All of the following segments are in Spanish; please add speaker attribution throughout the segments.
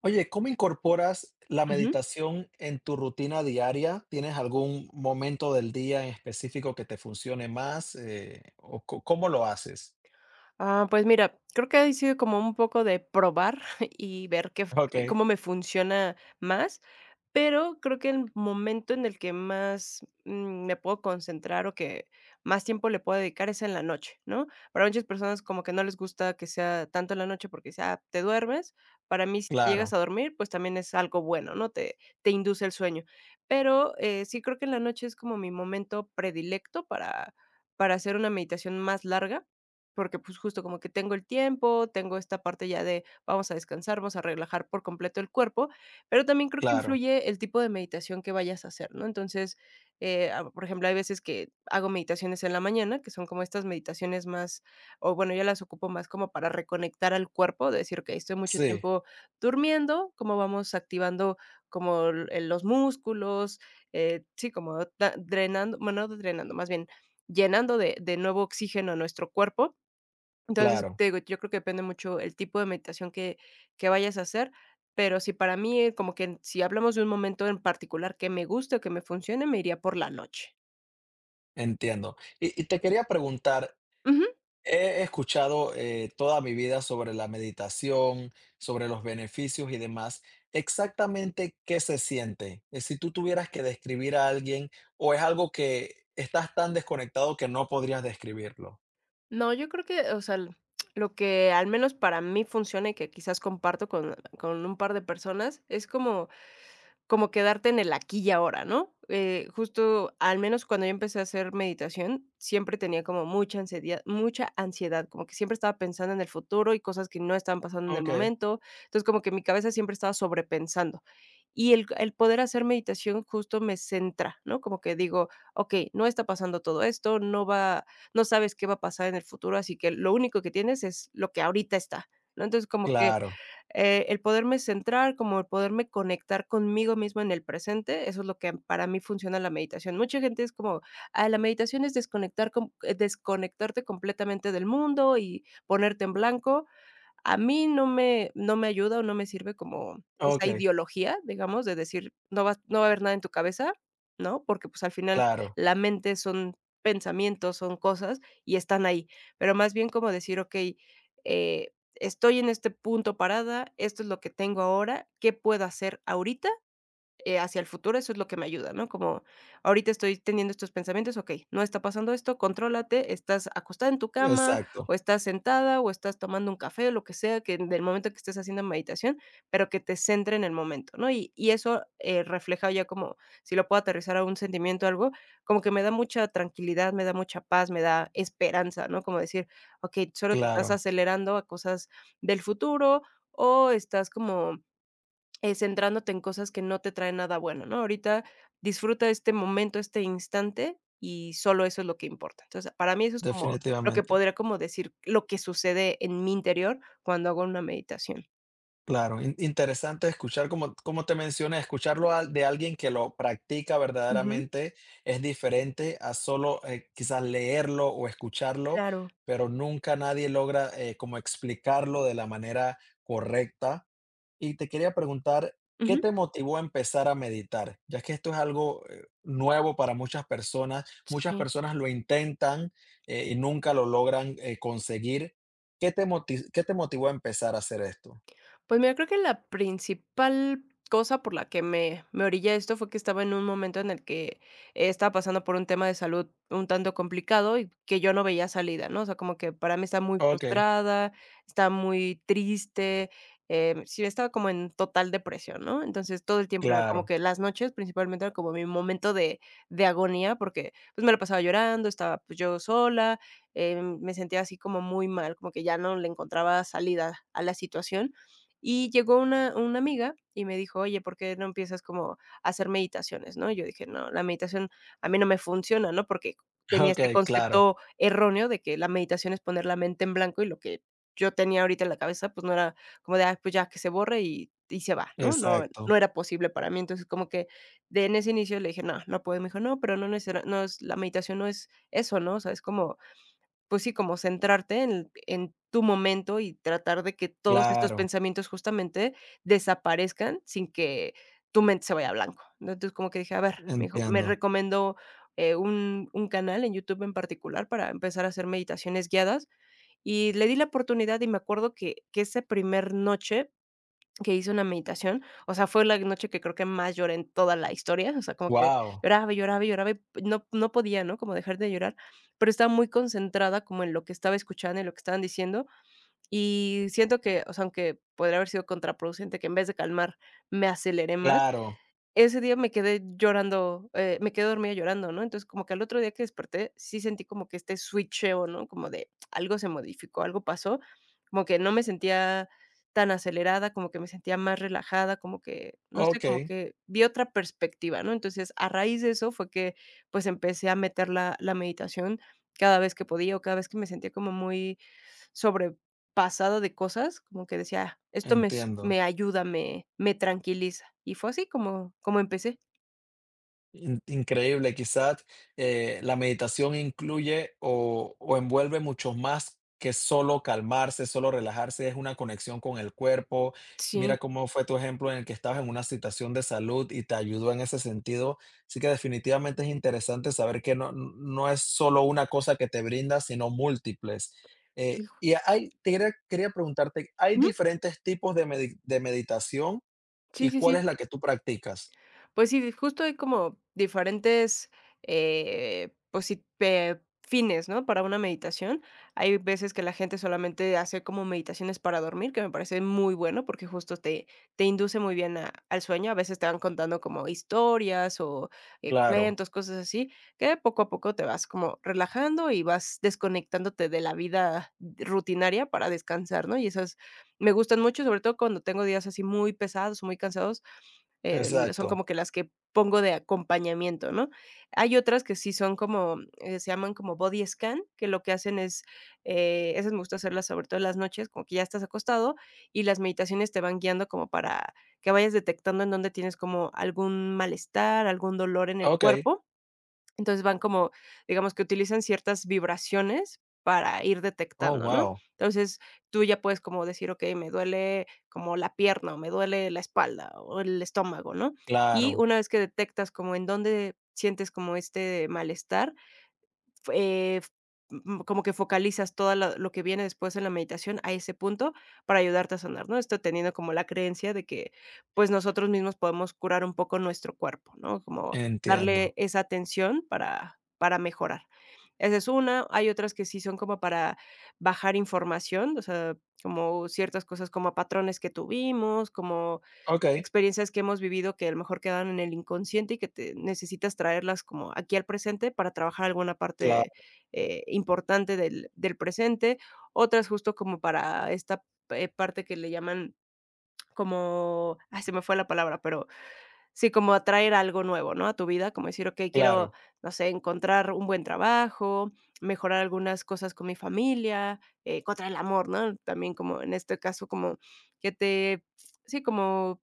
Speaker 1: Oye, ¿cómo incorporas la
Speaker 2: Ujú.
Speaker 1: meditación en tu rutina diaria? ¿Tienes algún momento del día en específico que te funcione más? ¿O cómo lo haces?
Speaker 2: Ah, pues mira, creo que ha sido como un poco de probar y ver qué f
Speaker 1: Ok,
Speaker 2: cómo me funciona más. Pero creo que el momento en el que más, me puedo concentrar o que más tiempo le puedo dedicar es en la noche, ¿no? Para muchas personas como que no les gusta que sea tanto en la noche porque sea te duermes". Para mí, si te llegas
Speaker 1: claro,
Speaker 2: a dormir, pues también es algo bueno, ¿no? Te induce el sueño. Pero, sí creo que en la noche es como mi momento predilecto para hacer una meditación más larga, porque, pues, justo como que tengo el tiempo, tengo esta parte ya de vamos a descansar, vamos a relajar por completo el cuerpo, pero también creo que
Speaker 1: claro,
Speaker 2: influye el tipo de meditación que vayas a hacer, ¿no? Entonces, por ejemplo, hay veces que hago meditaciones en la mañana, que son como estas meditaciones más, o bueno, yo las ocupo más como para reconectar al cuerpo, de decir, ok, estoy mucho
Speaker 1: sí,
Speaker 2: tiempo durmiendo, cómo vamos activando como los músculos, sí, como drenando, bueno, no drenando, más bien llenando de nuevo oxígeno a nuestro cuerpo. Entonces,
Speaker 1: claro,
Speaker 2: te digo, yo creo que depende mucho el tipo de meditación que vayas a hacer, pero si para mí, como que si hablamos de un momento en particular que me guste o que me funcione, me iría por la noche.
Speaker 1: entiendo. Y te quería preguntar,
Speaker 2: Ujú.
Speaker 1: he escuchado toda mi vida sobre la meditación, sobre los beneficios y demás. Exactamente qué se siente. Si tú tuvieras que describir a alguien, o es algo que estás tan desconectado que no podrías describirlo.
Speaker 2: No, yo creo que, o sea, lo que al menos para mí funciona y que quizás comparto con un par de personas es como como quedarte en el aquí y ahora, ¿no? Justo, al menos cuando yo empecé a hacer meditación, siempre tenía como mucha ansiedad, como que siempre estaba pensando en el futuro y cosas que no estaban pasando en el
Speaker 1: Ok,
Speaker 2: momento. Entonces, como que mi cabeza siempre estaba sobrepensando. Y el poder hacer meditación justo me centra, ¿no? Como que digo: "Okey, no está pasando todo esto, no sabes qué va a pasar en el futuro, así que lo único que tienes es lo que ahorita está", ¿no? Entonces, como que
Speaker 1: claro,
Speaker 2: el poderme centrar, como el poderme conectar conmigo mismo en el presente, eso es lo que para mí funciona la meditación. Mucha gente es como, ah, la meditación es desconectar, desconectarte completamente del mundo y ponerte en blanco. A mí no me ayuda o no me sirve como
Speaker 1: ok,
Speaker 2: esa ideología, digamos, de decir: No va a haber nada en tu cabeza", ¿no? Porque, pues, al final
Speaker 1: claro,
Speaker 2: la mente son pensamientos, son cosas y están ahí. Pero más bien como decir: "Okey, estoy en este punto parada, esto es lo que tengo ahora, ¿qué puedo hacer ahorita hacia el futuro? Eso es lo que me ayuda, ¿no? Como ahorita estoy teniendo estos pensamientos, okey, no está pasando esto, contrólate, estás acostada en tu cama,
Speaker 1: exacto,
Speaker 2: o estás sentada, o estás tomando un café, lo que sea, que en el momento que estés haciendo meditación, pero que te centre en el momento, ¿no? Y eso, refleja ya como si lo puedo aterrizar a un sentimiento, algo, como que me da mucha tranquilidad, me da mucha paz, me da esperanza, ¿no? Como decir, okey, solo te estás
Speaker 1: claro,
Speaker 2: acelerando a cosas del futuro, o estás como centrándote en cosas que no te traen nada bueno, ¿no? Ahorita disfruta este momento, este instante, y solo eso es lo que importa. Entonces, para mí eso es como lo que
Speaker 1: definitivamente.
Speaker 2: podría como decir lo que sucede en mi interior cuando hago una meditación.
Speaker 1: Claro, interesante escuchar, como, como te mencioné, escucharlo de alguien que lo practica
Speaker 2: Ujú.
Speaker 1: verdaderamente es diferente a solo quizás leerlo o escucharlo,
Speaker 2: Claro.
Speaker 1: pero nunca nadie logra como explicarlo de la manera correcta. Y te quería preguntar, ¿qué
Speaker 2: Ujú.
Speaker 1: te motivó a empezar a meditar? Ya que esto es algo nuevo para muchas
Speaker 2: Sí.
Speaker 1: personas lo intentan y nunca lo logran conseguir. ¿ Qué te motivó a empezar a hacer esto?
Speaker 2: Pues mira, creo que la principal cosa por la que me orillé a esto fue que estaba en un momento en el que estaba pasando por un tema de salud un tanto complicado y que yo no veía salida, ¿no? O sea, como que para mí estaba muy
Speaker 1: Ok.
Speaker 2: frustrada, estaba muy triste, sí, estaba como en total depresión, ¿no? Entonces, todo el tiempo era como
Speaker 1: Claro,
Speaker 2: que las noches principalmente era como mi momento de agonía porque, pues, me lo pasaba llorando, estaba, pues, yo sola, me sentía así como muy mal, como que ya no le encontraba salida a la situación. Y llegó una amiga y me dijo: "Oye, ¿por qué no empiezas como a hacer meditaciones?", ¿no? Y yo dije: "No, la meditación a mí no me funciona", ¿no? Porque tenía este
Speaker 1: okey, claro,
Speaker 2: concepto erróneo de que la meditación es poner la mente en blanco y lo que yo tenía ahorita en la cabeza, pues no era como de: "Ah, pues ya que se borre y se va", ¿no?
Speaker 1: exacto,
Speaker 2: No era posible para mí. Entonces, como que de en ese inicio le dije: "No, no puedo". Y me dijo: "No, pero no es, la meditación no es eso, ¿no? O sea, es como pues sí, como centrarte en tu momento y tratar de que todos estos
Speaker 1: claro,
Speaker 2: pensamientos justamente desaparezcan sin que tu mente se vaya a blanco, ¿no? Entonces, como que dije, a ver, me
Speaker 1: entiendo.
Speaker 2: recomendó, un canal en YouTube en particular para empezar a hacer meditaciones guiadas, y le di la oportunidad, y me acuerdo que esa primer noche que hice una meditación, o sea, fue la noche que creo que más lloré en toda la historia, o sea, como que
Speaker 1: Guau,
Speaker 2: lloraba, y lloraba, y lloraba, y no podía, ¿no?, como dejar de llorar, pero estaba muy concentrada como en lo que estaba escuchando y lo que estaban diciendo, y siento que, o sea, aunque podría haber sido contraproducente, que en vez de calmar, me aceleré más,
Speaker 1: claro,
Speaker 2: ese día me quedé llorando, me quedé dormida llorando, ¿no? Entonces, como que al otro día que desperté, sí sentí como que este switcheo, ¿no? Como de algo se modificó, algo pasó, como que no me sentía tan acelerada, como que me sentía más relajada, como que, no sé, como
Speaker 1: okey,
Speaker 2: que vi otra perspectiva, ¿no? Entonces, a raíz de eso fue que, pues, empecé a meter la meditación cada vez que podía o cada vez que me sentía como muy sobrepasada de cosas, como que decía: "Ah, esto
Speaker 1: entiendo.
Speaker 2: me ayuda, me tranquiliza". Y fue así como empecé.
Speaker 1: Increíble, quizás la meditación incluye o envuelve mucho más que solo calmarse, solo relajarse, es una conexión con el cuerpo.
Speaker 2: Sí.
Speaker 1: Mira cómo fue tu ejemplo en el que estabas en una situación de salud y te ayudó en ese sentido. Así que definitivamente es interesante saber que no, no es solo una cosa que te brinda, sino múltiples. Quería preguntarte, ¿hay
Speaker 2: Ujú.
Speaker 1: diferentes tipos de, de meditación y
Speaker 2: Sí, sí,
Speaker 1: cuál es
Speaker 2: sí.
Speaker 1: la que tú practicas?
Speaker 2: Pues sí, justo hay como diferentes, pues sí, fines, ¿no? Para una meditación. Hay veces que la gente solamente hace como meditaciones para dormir, que me parece muy bueno porque justo te induce muy bien al sueño. A veces te van contando como historias o
Speaker 1: Claro,
Speaker 2: cuentos, cosas así, que poco a poco te vas como relajando y vas desconectándote de la vida rutinaria para descansar, ¿no? Y esas me gustan mucho, sobre todo cuando tengo días así muy pesados, muy cansados, son
Speaker 1: exacto.
Speaker 2: como que las que pongo de acompañamiento, ¿no? Hay otras que sí son como, se llaman como body scan, que lo que hacen es, esas me gusta hacerlas sobre todo en las noches, como que ya estás acostado y las meditaciones te van guiando como para que vayas detectando en dónde tienes como algún malestar, algún dolor en el
Speaker 1: Okey.
Speaker 2: cuerpo, entonces van como, digamos que utilizan ciertas vibraciones para ir
Speaker 1: Oh,
Speaker 2: detectando, ¿no?
Speaker 1: wow.
Speaker 2: Entonces, tú ya puedes como decir: "Okey, me duele como la pierna, o me duele la espalda, o el estómago", ¿no? Y
Speaker 1: Claro,
Speaker 2: una vez que detectas como en dónde sientes como este malestar, eh, f como que focalizas todo lo que viene después en la meditación a ese punto para ayudarte a sanar, ¿no? Esto teniendo como la creencia de que, pues, nosotros mismos podemos curar un poco nuestro cuerpo, ¿no? Como darle
Speaker 1: entiendo.
Speaker 2: esa atención para mejorar. Esa es una, hay otras que sí son como para bajar información, o sea, como ciertas cosas, como patrones que tuvimos, como
Speaker 1: Okey,
Speaker 2: experiencias que hemos vivido que a lo mejor quedan en el inconsciente y que te necesitas traerlas como aquí al presente para trabajar alguna parte
Speaker 1: claro.
Speaker 2: importante del presente, otras justo como para esta, parte que le llaman como, ay, se me fue la palabra, pero sí, como atraer algo nuevo, ¿no? A tu vida, como decir: "Ok, quiero,
Speaker 1: Claro,
Speaker 2: no sé, encontrar un buen trabajo, mejorar algunas cosas con mi familia", contra el amor, ¿no? También como en este caso, como que te sí, como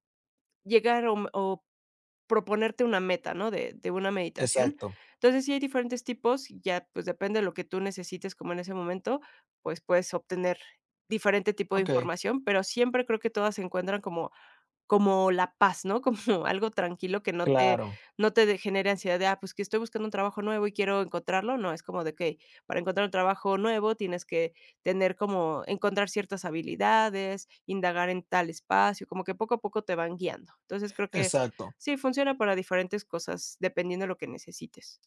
Speaker 2: llegar o proponerte una meta, ¿no? De una meditación.
Speaker 1: exacto.
Speaker 2: Entonces, sí hay diferentes tipos, y ya pues depende de lo que tú necesites como en ese momento, pues puedes obtener diferente tipo de
Speaker 1: Okey,
Speaker 2: información, pero siempre creo que todas se encuentran como la paz, ¿no? Como algo tranquilo que
Speaker 1: claro,
Speaker 2: no te de genere ansiedad de, ah, pues, que estoy buscando un trabajo nuevo y quiero encontrarlo. No, es como de, que para encontrar un trabajo nuevo tienes que tener como encontrar ciertas habilidades, indagar en tal espacio, como que poco a poco te van guiando. Entonces, creo que
Speaker 1: exacto.
Speaker 2: sí, funciona para diferentes cosas, dependiendo de lo que necesites.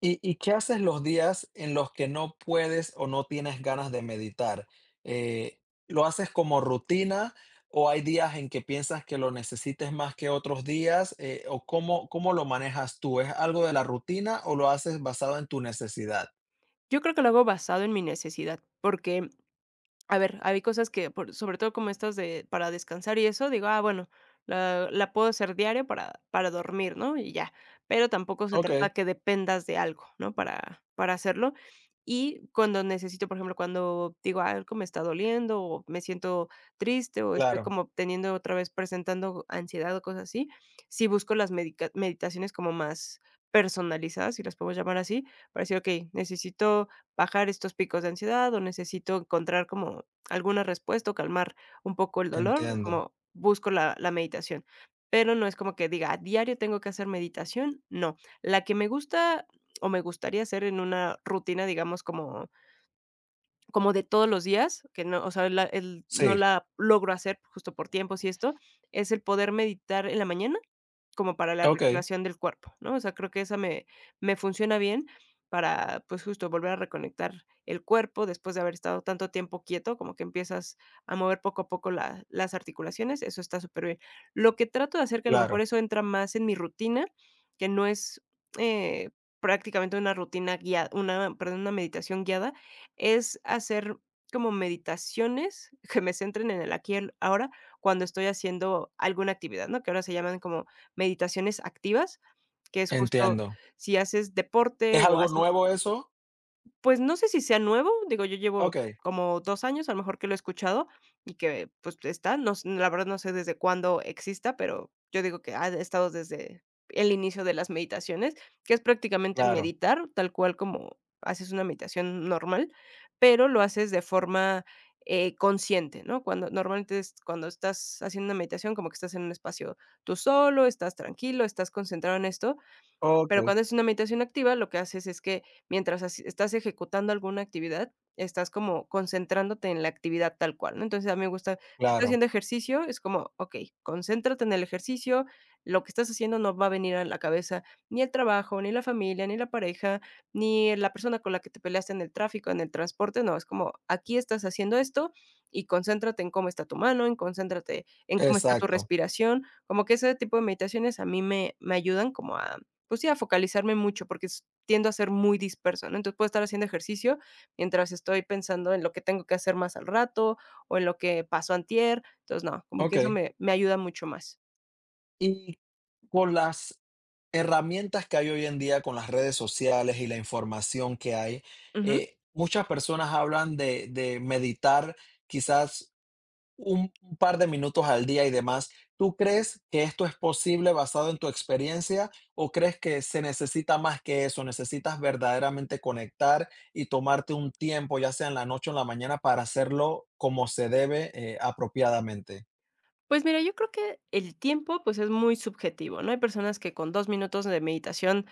Speaker 1: Y qué haces los días en los que no puedes o no tienes ganas de meditar? Eh, ¿Lo haces como rutina o hay días en que piensas que lo necesites más que otros días? O, ¿cómo lo manejas tú? ¿Es algo de la rutina o lo haces basado en tu necesidad?
Speaker 2: Yo creo que lo hago basado en mi necesidad, porque, a ver, hay cosas que, por sobre todo como estas de para descansar y eso, digo: "Ah, bueno, la puedo hacer diario para dormir", ¿no? Y ya. Pero tampoco se
Speaker 1: Okey,
Speaker 2: trata que dependas de algo, ¿no? Para hacerlo. Y cuando necesito, por ejemplo, cuando digo: "Ah, algo me está doliendo", o me siento triste, o estoy
Speaker 1: claro,
Speaker 2: como teniendo otra vez presentando ansiedad o cosas así, sí busco las medica meditaciones como más personalizadas, si las podemos llamar así, para decir: "Okey, necesito bajar estos picos de ansiedad o necesito encontrar como alguna respuesta o calmar un poco el dolor",
Speaker 1: entiendo.
Speaker 2: como busco la meditación. Pero no es como que diga, a diario tengo que hacer meditación, no. La que me gusta o me gustaría hacer en una rutina, digamos, como como de todos los días, que no, o sea, la el no
Speaker 1: Sí,
Speaker 2: la logro hacer justo por tiempos y esto, es el poder meditar en la mañana. Como para la
Speaker 1: okey,
Speaker 2: reactivación del cuerpo, ¿no? O sea, creo que esa me funciona bien para, pues, justo volver a reconectar el cuerpo después de haber estado tanto tiempo quieto, como que empiezas a mover poco a poco la las articulaciones, eso está súper bien. Lo que trato de hacer, que a lo mejor
Speaker 1: claro.
Speaker 2: eso entra más en mi rutina, que no es, eh, prácticamente una rutina guiada una meditación guiada, es hacer como meditaciones que me centren en el aquí y el ahora cuando estoy haciendo alguna actividad, ¿no? Que ahora se llaman como meditaciones activas, que es justo
Speaker 1: Entiendo.
Speaker 2: si haces deporte
Speaker 1: ¿Es
Speaker 2: o
Speaker 1: algo
Speaker 2: haces,
Speaker 1: nuevo eso?
Speaker 2: pues, no sé si sea nuevo, digo, yo llevo
Speaker 1: Okey,
Speaker 2: como 2 años, a lo mejor, que lo he escuchado y que, pues, está, no s la verdad no sé desde cuándo exista, pero yo digo que ha estado desde el inicio de las meditaciones, que es prácticamente
Speaker 1: claro.
Speaker 2: meditar, tal cual como haces una meditación normal, pero lo haces de forma, consciente, ¿no? Cuando normalmente es cuando estás haciendo una meditación, como que estás en un espacio tú solo, estás tranquilo, estás concentrado en esto, pero
Speaker 1: Okey,
Speaker 2: cuando es una meditación activa, lo que haces es que mientras estás ejecutando alguna actividad, estás como concentrándote en la actividad tal cual, ¿no? Entonces a mí me gusta, si estás
Speaker 1: claro.
Speaker 2: haciendo ejercicio, es como, ok, concéntrate en el ejercicio, lo que estás haciendo no va a venir a la cabeza ni el trabajo, ni la familia, ni la pareja, ni la persona con la que te peleaste en el tráfico, en el transporte, no, es como, aquí estás haciendo esto y concéntrate en cómo está tu mano, en concéntrate en cómo está tu
Speaker 1: Exacto.
Speaker 2: respiración, como que ese tipo de meditaciones a mí me ayudan como a, pues sí, a focalizarme mucho, porque s tiendo a ser muy disperso, ¿no? Entonces, puedo estar haciendo ejercicio mientras estoy pensando en lo que tengo que hacer más al rato o en lo que pasó antier. Entonces, no, como que eso
Speaker 1: Okey.
Speaker 2: me ayuda mucho más.
Speaker 1: Y con las herramientas que hay hoy en día, con las redes sociales y la información que hay,
Speaker 2: Ujú.
Speaker 1: muchas personas hablan de meditar quizás un par de minutos al día y demás. ¿Tú crees que esto es posible basado en tu experiencia o crees que se necesita más que eso? Necesitas verdaderamente conectar y tomarte un tiempo, ya sea en la noche o en la mañana, para hacerlo como se debe, apropiadamente.
Speaker 2: Pues mira, yo creo que el tiempo, pues, es muy subjetivo, ¿no? Hay personas que con 2 minutos de meditación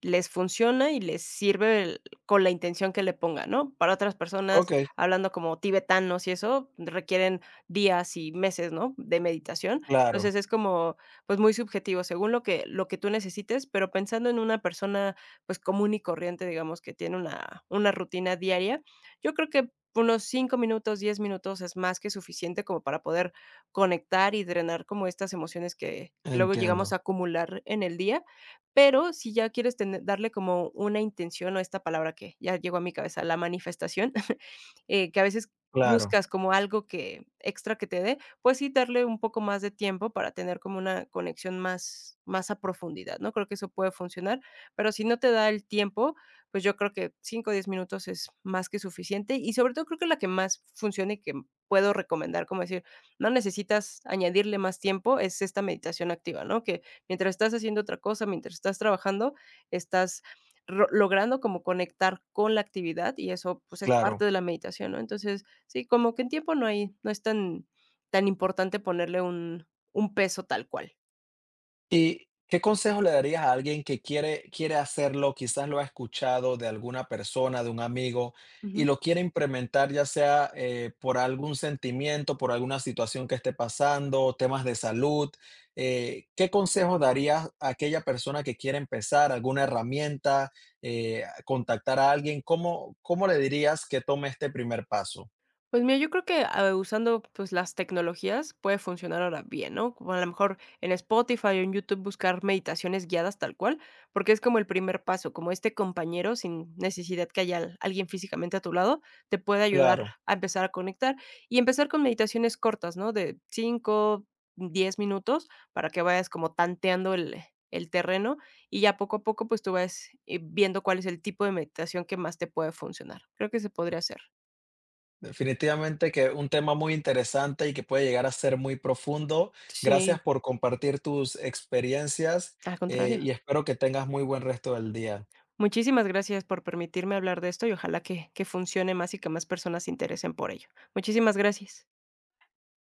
Speaker 2: les funciona y les sirve el con la intención que le pongan, ¿no? Para otras personas,
Speaker 1: Okey,
Speaker 2: hablando como tibetanos y eso, requieren días y meses, ¿no?, de meditación.
Speaker 1: claro,
Speaker 2: Entonces, es como, pues, muy subjetivo, según lo que tú necesites, pero pensando en una persona, pues, común y corriente, digamos, que tiene una rutina diaria, yo creo que unos 5 minutos, 10 minutos es más que suficiente como para poder conectar y drenar como estas emociones que luego llegamos
Speaker 1: entiendo.
Speaker 2: a acumular en el día, pero si ya quieres tener darle como una intención o esta palabra que ya llegó a mi cabeza, la manifestación, que a veces
Speaker 1: Claro,
Speaker 2: buscas como algo que extra que te dé, pues sí, darle un poco más de tiempo para tener como una conexión más a profundidad, ¿no? Creo que eso puede funcionar, pero si no te da el tiempo, pues yo creo que 5 o 10 minutos es más que suficiente y sobre todo creo que la que más funcione y que puedo recomendar, como decir, no necesitas añadirle más tiempo, es esta meditación activa, ¿no? Que mientras estás haciendo otra cosa, mientras estás trabajando, estás ro logrando como conectar con la actividad y eso, pues, es parte
Speaker 1: claro.
Speaker 2: de la meditación, ¿no? Entonces, sí, como que en tiempo no es tan importante ponerle un peso tal cual.
Speaker 1: ¿Y qué consejo le darías a alguien que quiere quiere hacerlo? Quizás lo ha escuchado de alguna persona, de un amigo, y
Speaker 2: Ujú.
Speaker 1: lo quiere implementar, ya sea, por algún sentimiento, por alguna situación que esté pasando, temas de salud. ¿Qué consejo darías a aquella persona que quiere empezar? ¿Alguna herramienta? ¿Contactar a alguien? ¿Cómo le dirías que tome este primer paso?
Speaker 2: Pues mira, yo creo que, usando, pues, las tecnologías puede funcionar ahora bien, ¿no? Como a lo mejor en Spotify o en YouTube buscar meditaciones guiadas tal cual, porque es como el primer paso, como este compañero sin necesidad que haya al alguien físicamente a tu lado, te puede ayudar
Speaker 1: Claro.
Speaker 2: a empezar a conectar y empezar con meditaciones cortas, ¿no? De 5, 10 minutos para que vayas como tanteando el terreno y ya poco a poco, pues, tú vas, viendo cuál es el tipo de meditación que más te puede funcionar. Creo que se podría hacer.
Speaker 1: Definitivamente que un tema muy interesante y que puede llegar a ser muy profundo.
Speaker 2: Sí.
Speaker 1: Gracias por compartir tus experiencias,
Speaker 2: Al contrario.
Speaker 1: y espero que tengas muy buen resto del día.
Speaker 2: Muchísimas gracias por permitirme hablar de esto y ojalá que funcione más y que más personas se interesen por ello. Muchísimas gracias.